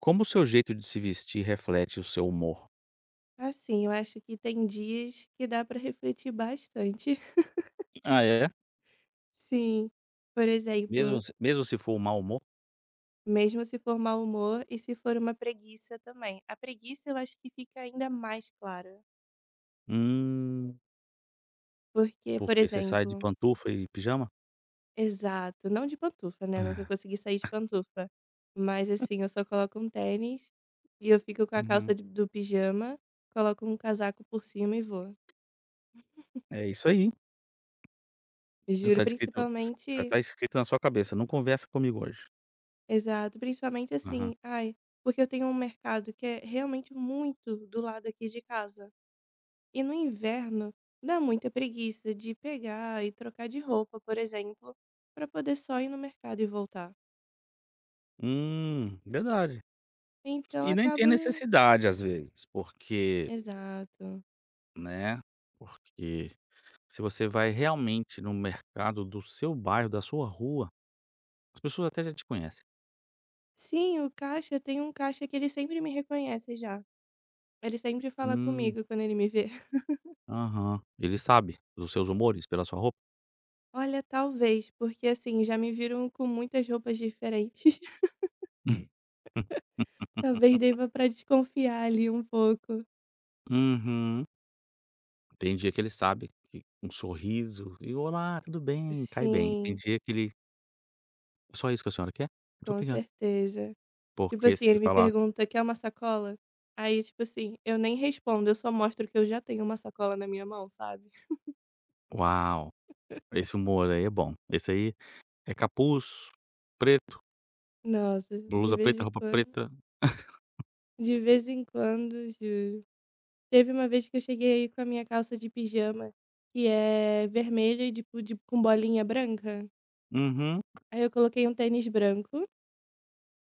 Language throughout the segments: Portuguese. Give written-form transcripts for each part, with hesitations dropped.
Como o seu jeito de se vestir reflete o seu humor? Assim, eu acho que tem dias que dá para refletir bastante. Ah, é? Sim. Por exemplo, Mesmo se for um mau humor? mesmo se for mau humor e se for uma preguiça também. A preguiça eu acho que fica ainda mais clara. Hum, Porque, por porque você sai de exemplo, pantufa e pijama? exato, não de pantufa, né? Nunca consegui sair de pantufa. Mas assim, eu só coloco um tênis e eu fico com a calça Uhum. Do pijama, coloco um casaco por cima e vou. É isso aí. Já Juro, tá escrito Já principalmente. tá escrito na sua cabeça, não conversa comigo hoje. Exato, principalmente Aham. assim, ai, porque eu tenho um mercado que é realmente muito do lado aqui de casa. E no inverno dá muita preguiça de pegar e trocar de roupa, por exemplo, para poder só ir no mercado e voltar. Verdade. Então E nem tem acaba. necessidade às vezes, porque, Exato. né, porque se você vai realmente no mercado do seu bairro, da sua rua, as pessoas até já te conhecem. Sim, o caixa tem um caixa que ele sempre me reconhece já. Ele sempre fala Hum. comigo quando ele me vê. Aham. Ele sabe dos seus humores pela sua roupa? Olha, talvez, porque assim, já me viram com muitas roupas diferentes. Talvez deva para desconfiar ali um pouco. Uhum. Tem dia que ele sabe que um sorriso e "Olá, tudo bem?" cai bem. E tem Sim, dia que ele: "Só isso que a senhora quer? Muito com obrigado". certeza. Tipo Porque assim, se ele me falar: pergunta: "Quer uma sacola?" Aí, tipo assim, eu nem respondo, eu só mostro que eu já tenho uma sacola na minha mão, sabe. "Uau, esse humor aí é bom. Esse aí é capuz preto, Nossa, de blusa vez preta, em roupa quando. preta". De vez em quando, juro. Teve uma vez que eu cheguei aí com a minha calça de pijama, que é vermelha e tipo de com bolinha branca. Uhum. Aí eu coloquei um tênis branco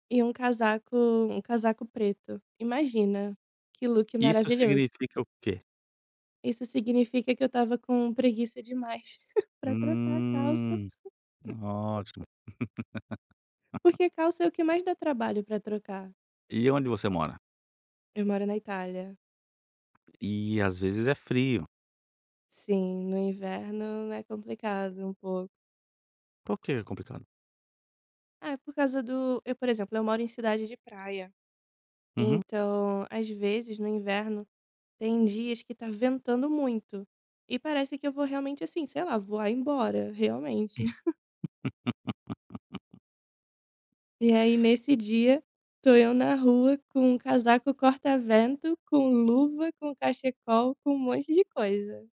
e um casaco preto. Imagina, que look Isso maravilhoso. significa o quê? Isso significa que eu estava com preguiça demais pra trocar a calça, Hum, ótimo. porque calça é o que mais dá trabalho pra trocar. E onde você mora? Eu moro na Itália. E às vezes é frio. Sim, no inverno é complicado um pouco. Por que é complicado? Ah, é por causa do eu, por exemplo, eu moro em cidade de praia, Uhum. então, às vezes, no inverno, tem dias que tá ventando muito, e parece que eu vou realmente, assim, sei lá, voar embora, realmente. E aí, nesse dia, tô eu na rua com um casaco corta-vento, com luva, com cachecol, com um monte de coisa.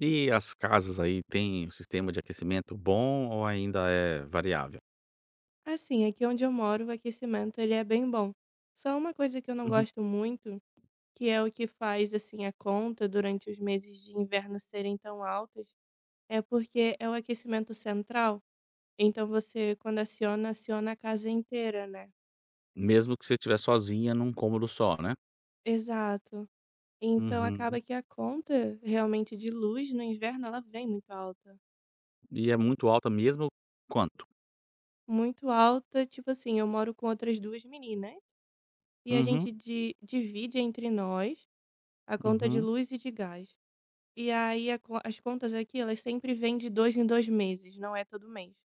E as casas aí têm um sistema de aquecimento bom ou ainda é variável? Assim, aqui onde eu moro, o aquecimento ele é bem bom. Só uma coisa que eu não Uhum. gosto muito, que é o que faz assim a conta durante os meses de inverno serem tão altas, é porque é o aquecimento central. Então você quando aciona, aciona a casa inteira, né? Mesmo que você estiver sozinha num cômodo só, né? Exato. Então Uhum. acaba que a conta realmente de luz no inverno ela vem muito alta. E é muito alta mesmo quanto? Muito alta, tipo assim, eu moro com outras 2 meninas, e a Uhum, gente di divide entre nós a conta de uhum. luz e de gás. E aí a co as contas aqui elas sempre vêm de 2 em 2 meses, não é todo mês.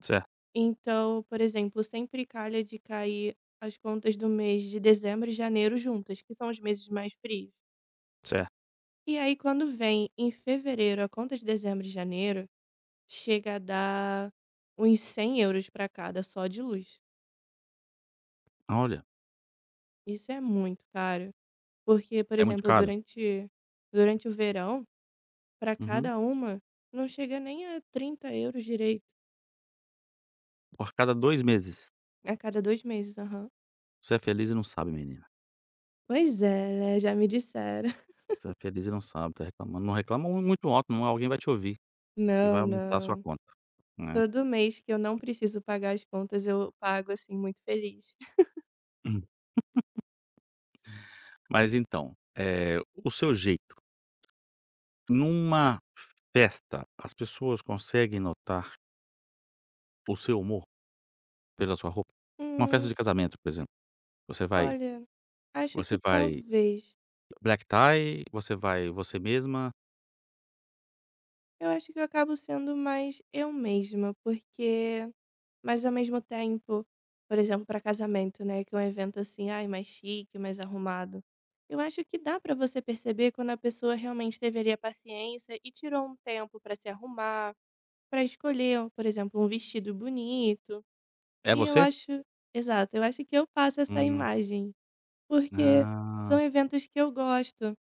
Certo, Então, por exemplo, sempre calha de cair as contas do mês de dezembro e janeiro juntas, que são os meses mais frios. certo. E aí quando vem em fevereiro a conta de dezembro e janeiro, chega a dar uns 100 euros para cada, só de luz. Olha, Isso é muito caro. Porque, por é muito exemplo, caro? durante o verão, para Uhum. cada uma, não chega nem a 30 euros direito. Por cada dois meses. A cada 2 meses, aham. Você é feliz e não sabe, menina. Pois é, né, já me disseram. Você é feliz e não sabe, tá reclamando. Não reclama muito alto, não, alguém vai te ouvir e vai Não, aumentar a sua não. conta, né. Todo mês que eu não preciso pagar as contas, eu pago, assim, muito feliz. Uhum. Mas então, eh, o seu jeito Numa festa, as pessoas conseguem notar o seu humor pela sua roupa? Uma festa Hum, de casamento, por exemplo, você vai olha, acho você que vai talvez. black tie, você vai você mesma? Eu acho que eu acabo sendo mais eu mesma, porque... Mas ao mesmo tempo, por exemplo, para casamento, né, que é um evento assim, ai, mais chique, mais arrumado. Eu acho que dá para você perceber quando a pessoa realmente deveria paciência e tirou um tempo para se arrumar, para escolher, por exemplo, um vestido bonito. É E eu você? acho, exato, eu acho que eu passo essa Hum, imagem, porque são ah, eventos que eu gosto.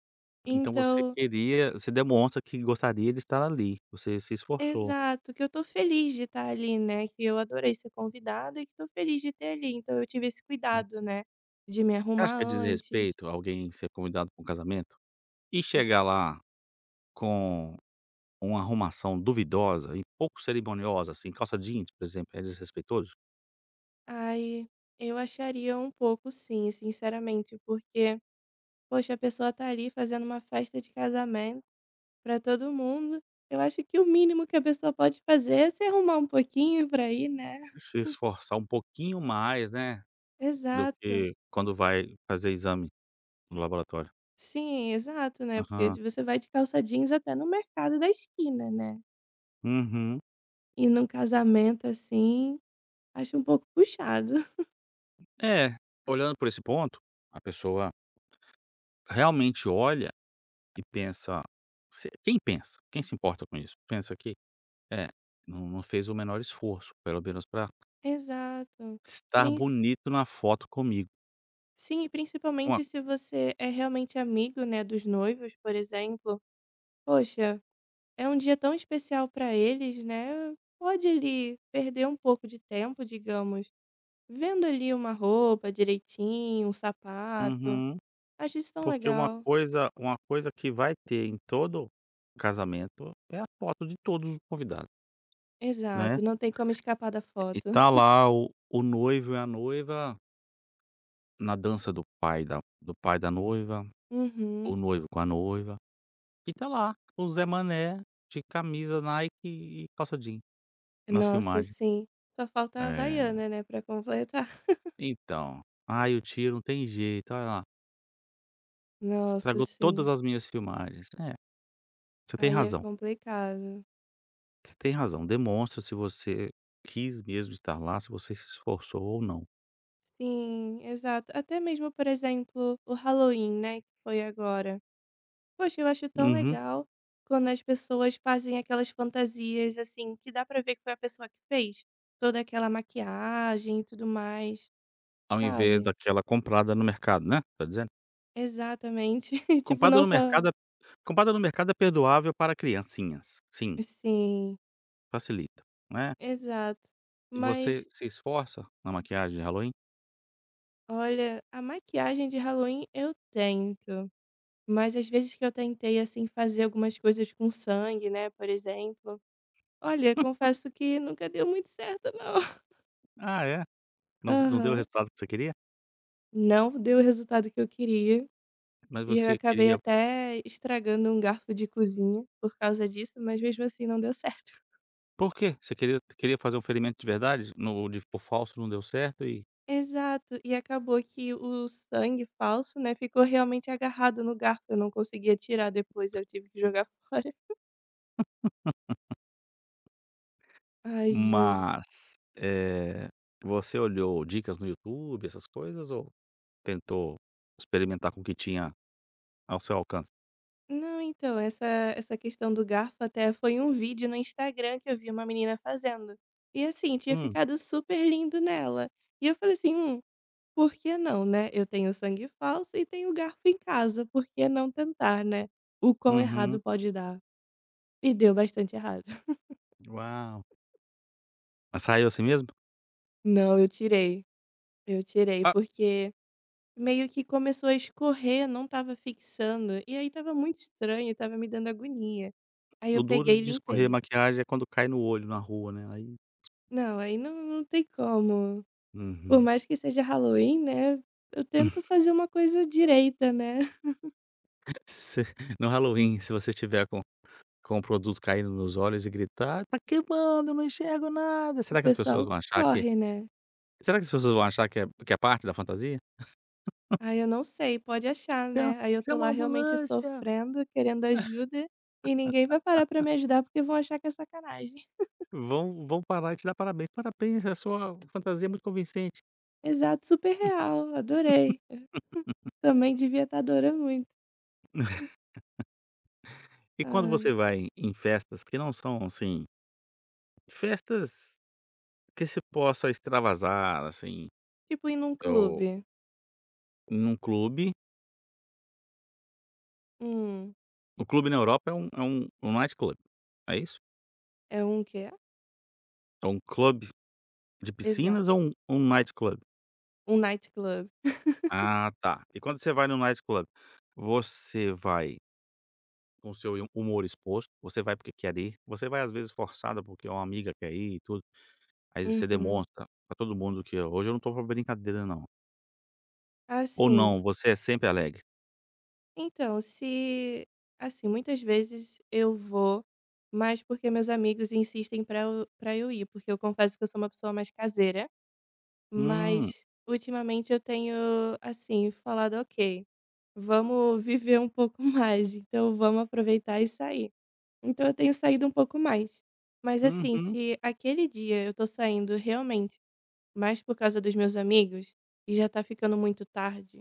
então você Então, queria você demonstra que gostaria de estar ali, você se esforçou. exato, que eu tô feliz de estar ali, né, que eu adorei ser convidada e que tô feliz de ter ali, então eu tive esse Hum. cuidado, né, de me Você acha arrumar que é antes. desrespeito alguém ser convidado para um casamento e chegar lá com uma arrumação duvidosa e pouco cerimoniosa, assim, calça jeans, por exemplo, é desrespeitoso? Ai, eu acharia um pouco sim, sinceramente, porque, poxa, a pessoa tá ali fazendo uma festa de casamento pra todo mundo, eu acho que o mínimo que a pessoa pode fazer é se arrumar um pouquinho pra ir, né. Se esforçar um pouquinho mais, né, do Exato. que quando vai fazer exame no laboratório. Sim, exato, né, porque Aham. Você vai de calça jeans até no mercado da esquina, né, Uhum. e num casamento assim... Acho um pouco puxado. É, olhando por esse ponto, a pessoa realmente olha e pensa se quem pensa? Quem se importa com isso? Pensa que: "É, não fez o menor esforço, pelo menos para Exato. estar Princi bonito na foto comigo". sim, e Uma principalmente se você é realmente amigo, né, dos noivos, por exemplo. Poxa, é um dia tão especial para eles, né, pode ali perder um pouco de tempo, digamos, vendo ali uma roupa direitinho, um sapato. Uhum. Acho isso tão Porque uma legal. coisa uma coisa que vai ter em todo casamento é a foto de todos os convidados, né. Exato, não tem como escapar da E foto. tá lá o noivo e a noiva na dança do pai da noiva, o Uhum. noivo com a noiva, e tá lá o Zé Mané de camisa Nike e calça jeans nas Nossa, filmagens. sim. Só falta a É, Havaiana, né, para completar. então, "Ai, o tiro não tem jeito, olha lá, Nossa, estragou todas sim. as minhas filmagens". É, você tem Aí é razão, complicado. você tem razão, demonstra se você quis mesmo estar lá, se você se esforçou ou não. Sim, exato. Até mesmo, por exemplo, o Halloween, né, que foi agora. Poxa, eu acho tão Uhum. legal quando as pessoas fazem aquelas fantasias assim, que dá pra ver que foi a pessoa que fez toda aquela maquiagem e tudo mais, Ao invés sabe? daquela comprada no mercado, né, tá dizendo? Exatamente. Tipo, Comprada não no só... mercado é comprada no mercado é perdoável para criancinhas. Sim, Sim, facilita, né? exato. E você Mas se esforça na maquiagem de Halloween? olha, a maquiagem de Halloween eu tento, mas às vezes que eu tentei assim fazer algumas coisas com sangue, né, por exemplo... Olha, confesso que nunca deu muito certo não. Ah, é? Não deu o Aham. resultado que você queria? Não deu o resultado que eu queria, Mas e eu você acabei queria até estragando um garfo de cozinha por causa disso, mas mesmo assim não deu certo. por quê? Você queria fazer um ferimento de verdade? No de o falso não deu certo e Exato, e acabou que o sangue falso, né, ficou realmente agarrado no garfo, eu não conseguia tirar depois, eu tive que jogar fora. Ai, juro. mas, você olhou dicas no YouTube, essas coisas ou tentou experimentar com o que tinha ao seu alcance? Não, então, essa questão do garfo até foi um vídeo no Instagram que eu vi uma menina fazendo. E assim, tinha Hum, ficado super lindo nela. E eu falei assim: por que não, né? Eu tenho sangue falso e tenho garfo em casa, por que não tentar, né? O quão uhum. errado pode dar?" E deu bastante errado. Uau. Mas saiu assim mesmo? Não, eu tirei, porque meio que começou a escorrer, não estava fixando, e aí estava muito estranho, estava me dando agonia. Aí O eu duro peguei e de escorrer limpei. maquiagem é quando cai no olho na rua, né, aí. Não, aí não, não tem como. Por Uhum. mais que seja Halloween, né? Eu tento fazer uma coisa direita, né? se no Halloween, se você tiver com o produto caindo nos olhos e gritar: "Tá queimando, eu não enxergo nada", O pessoal corre, né? será que as pessoas vão achar que é parte da fantasia? Ai, eu não sei, pode achar, "Chama né. Aí eu tô chama lá a realmente ambulância", sofrendo, querendo ajuda, e ninguém vai parar pra me ajudar porque vão achar que é sacanagem. vão parar e te dar parabéns, "Parabéns, a sua fantasia é muito convincente". Exato, super real, adorei. Eu... Também devia estar adorando muito. E quando você Ai. vai em festas que não são, assim, festas que se possa extravasar, assim, Tipo ir num ou clube. num clube. Hum, O clube na Europa é um nightclub, é isso? é um quê? É um clube de piscinas Exato, ou um nightclub? um nightclub. Club. Ah, tá. E quando você vai no nightclub, você vai com o seu humor exposto, você vai porque quer ir, você vai às vezes forçada porque uma amiga quer ir e tudo, aí você Uhum. demonstra pra todo mundo que: "Ó, Hoje eu não tô pra brincadeira não". Ou Assim, não, você é sempre alegre? então se... assim, muitas vezes eu vou, mas porque meus amigos insistem pra eu ir, porque eu confesso que eu sou uma pessoa mais caseira. Hum, Mas ultimamente eu tenho, assim, falado: "Ok, vamos viver um pouco mais, então vamos aproveitar e sair". Então eu tenho saído um pouco mais. Mas assim, uhum. se aquele dia eu tô saindo realmente mais por causa dos meus amigos e já tá ficando muito tarde,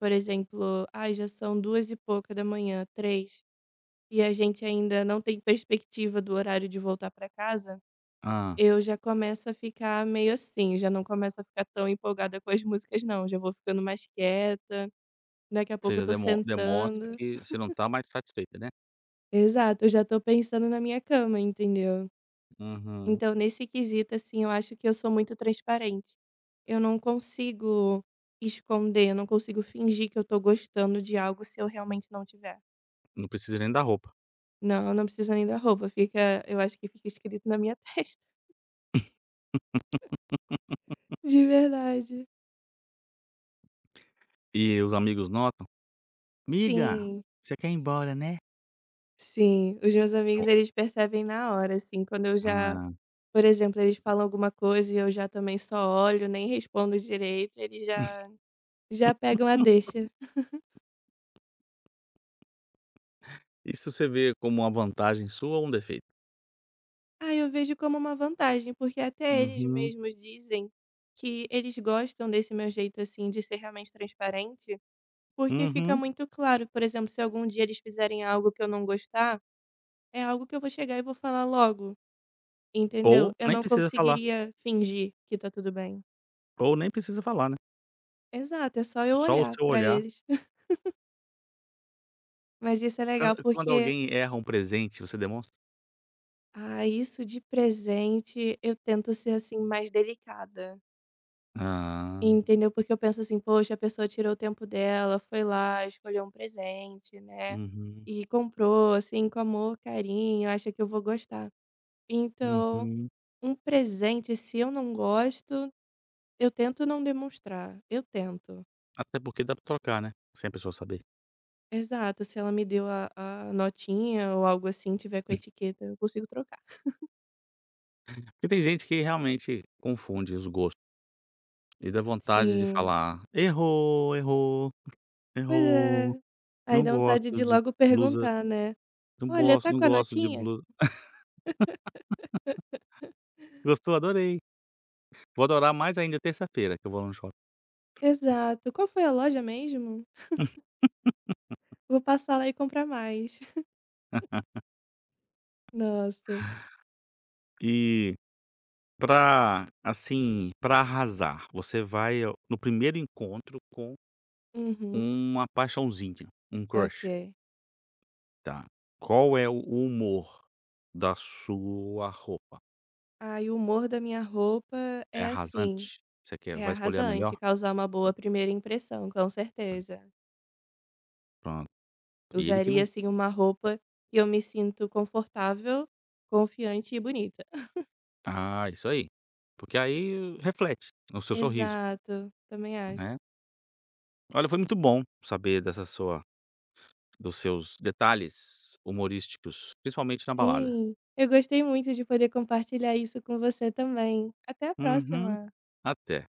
por exemplo, ai, já são duas e pouca da manhã, três, e a gente ainda não tem perspectiva do horário de voltar pra casa, Hã, eu já começo a ficar meio assim, já não começo a ficar tão empolgada com as músicas não, já vou ficando mais quieta, daqui a pouco você eu já tô demonstra sentando. que você não tá mais satisfeita, né? Exato, eu já tô pensando na minha cama, entendeu. Uhum. Então nesse quesito, assim, eu acho que eu sou muito transparente. Eu não consigo esconder, eu não consigo fingir que eu tô gostando de algo se eu realmente não tiver. Não precisa nem da roupa. Não, não precisa nem da roupa, fica eu acho que fica escrito na minha testa. De verdade. E os amigos notam? "Miga, Sim. você quer ir embora, né?" Sim, os meus amigos Eu: eles percebem na hora, assim, quando eu já... "Ah". por exemplo, eles falam alguma coisa e eu já também só olho, nem respondo direito, eles já pegam a deixa. Isso você vê como uma vantagem sua ou um defeito? Ah, eu vejo como uma vantagem, porque até eles Uhum, mesmos dizem que eles gostam desse meu jeito, assim, de ser realmente transparente, porque fica uhum. muito claro. Por exemplo, se algum dia eles fizerem algo que eu não gostar, é algo que eu vou chegar e vou falar logo, entendeu? Ou Eu nem não precisa falar, conseguiria fingir que tá tudo bem. Né, Exato, é só eu só o olhar seu pra olhar. eles. Mas isso é legal Quando porque... alguém erra um presente, você demonstra? ah, isso de presente eu tento ser, assim, mais delicada, Ah, entendeu? Porque eu penso assim: "Poxa, a pessoa tirou o tempo dela, foi lá, escolheu um presente, né, uhum, e comprou, assim, com amor, carinho, acha que eu vou gostar". Então, uhum. um presente, se eu não gosto, eu tento não demonstrar, eu tento. Até porque dá pra trocar, né, sem a pessoa saber. Exato, se ela me deu a notinha ou algo assim, tiver com etiqueta, eu consigo trocar. Porque tem gente que realmente confunde os gostos e dá vontade de Sim. falar: "Errou, errou, Pois errou, é. Aí não dá vontade gosto de de logo blusa, perguntar, né: não "Olha, gosto tá não com a gosto de notinha?" blusa". Gostou? Adorei. Vou adorar mais ainda terça-feira que eu vou lá no shopping. Exato. "Qual foi a loja mesmo? Vou passar lá e comprar mais". Nossa. E pra, assim, pra arrasar, você vai ao no primeiro encontro com Uhum. uma paixãozinha, um crush, Ok. tá. Qual é o humor da sua roupa? Aí o humor da minha roupa É é assim, arrasante? Você quer é vai escolher a melhor? arrasante, causar uma boa primeira impressão, com Ah, certeza. pronto. E ele que Usaria, não assim, uma roupa que eu me sinto confortável, confiante e bonita. Ah, isso aí. Porque aí reflete no seu sorriso, Exato, também acho. né. Olha, foi muito bom saber dessa sua dos seus detalhes humorísticos, principalmente na balada. Sim, eu gostei muito de poder compartilhar isso com você também. Até a Uhum. próxima. Até.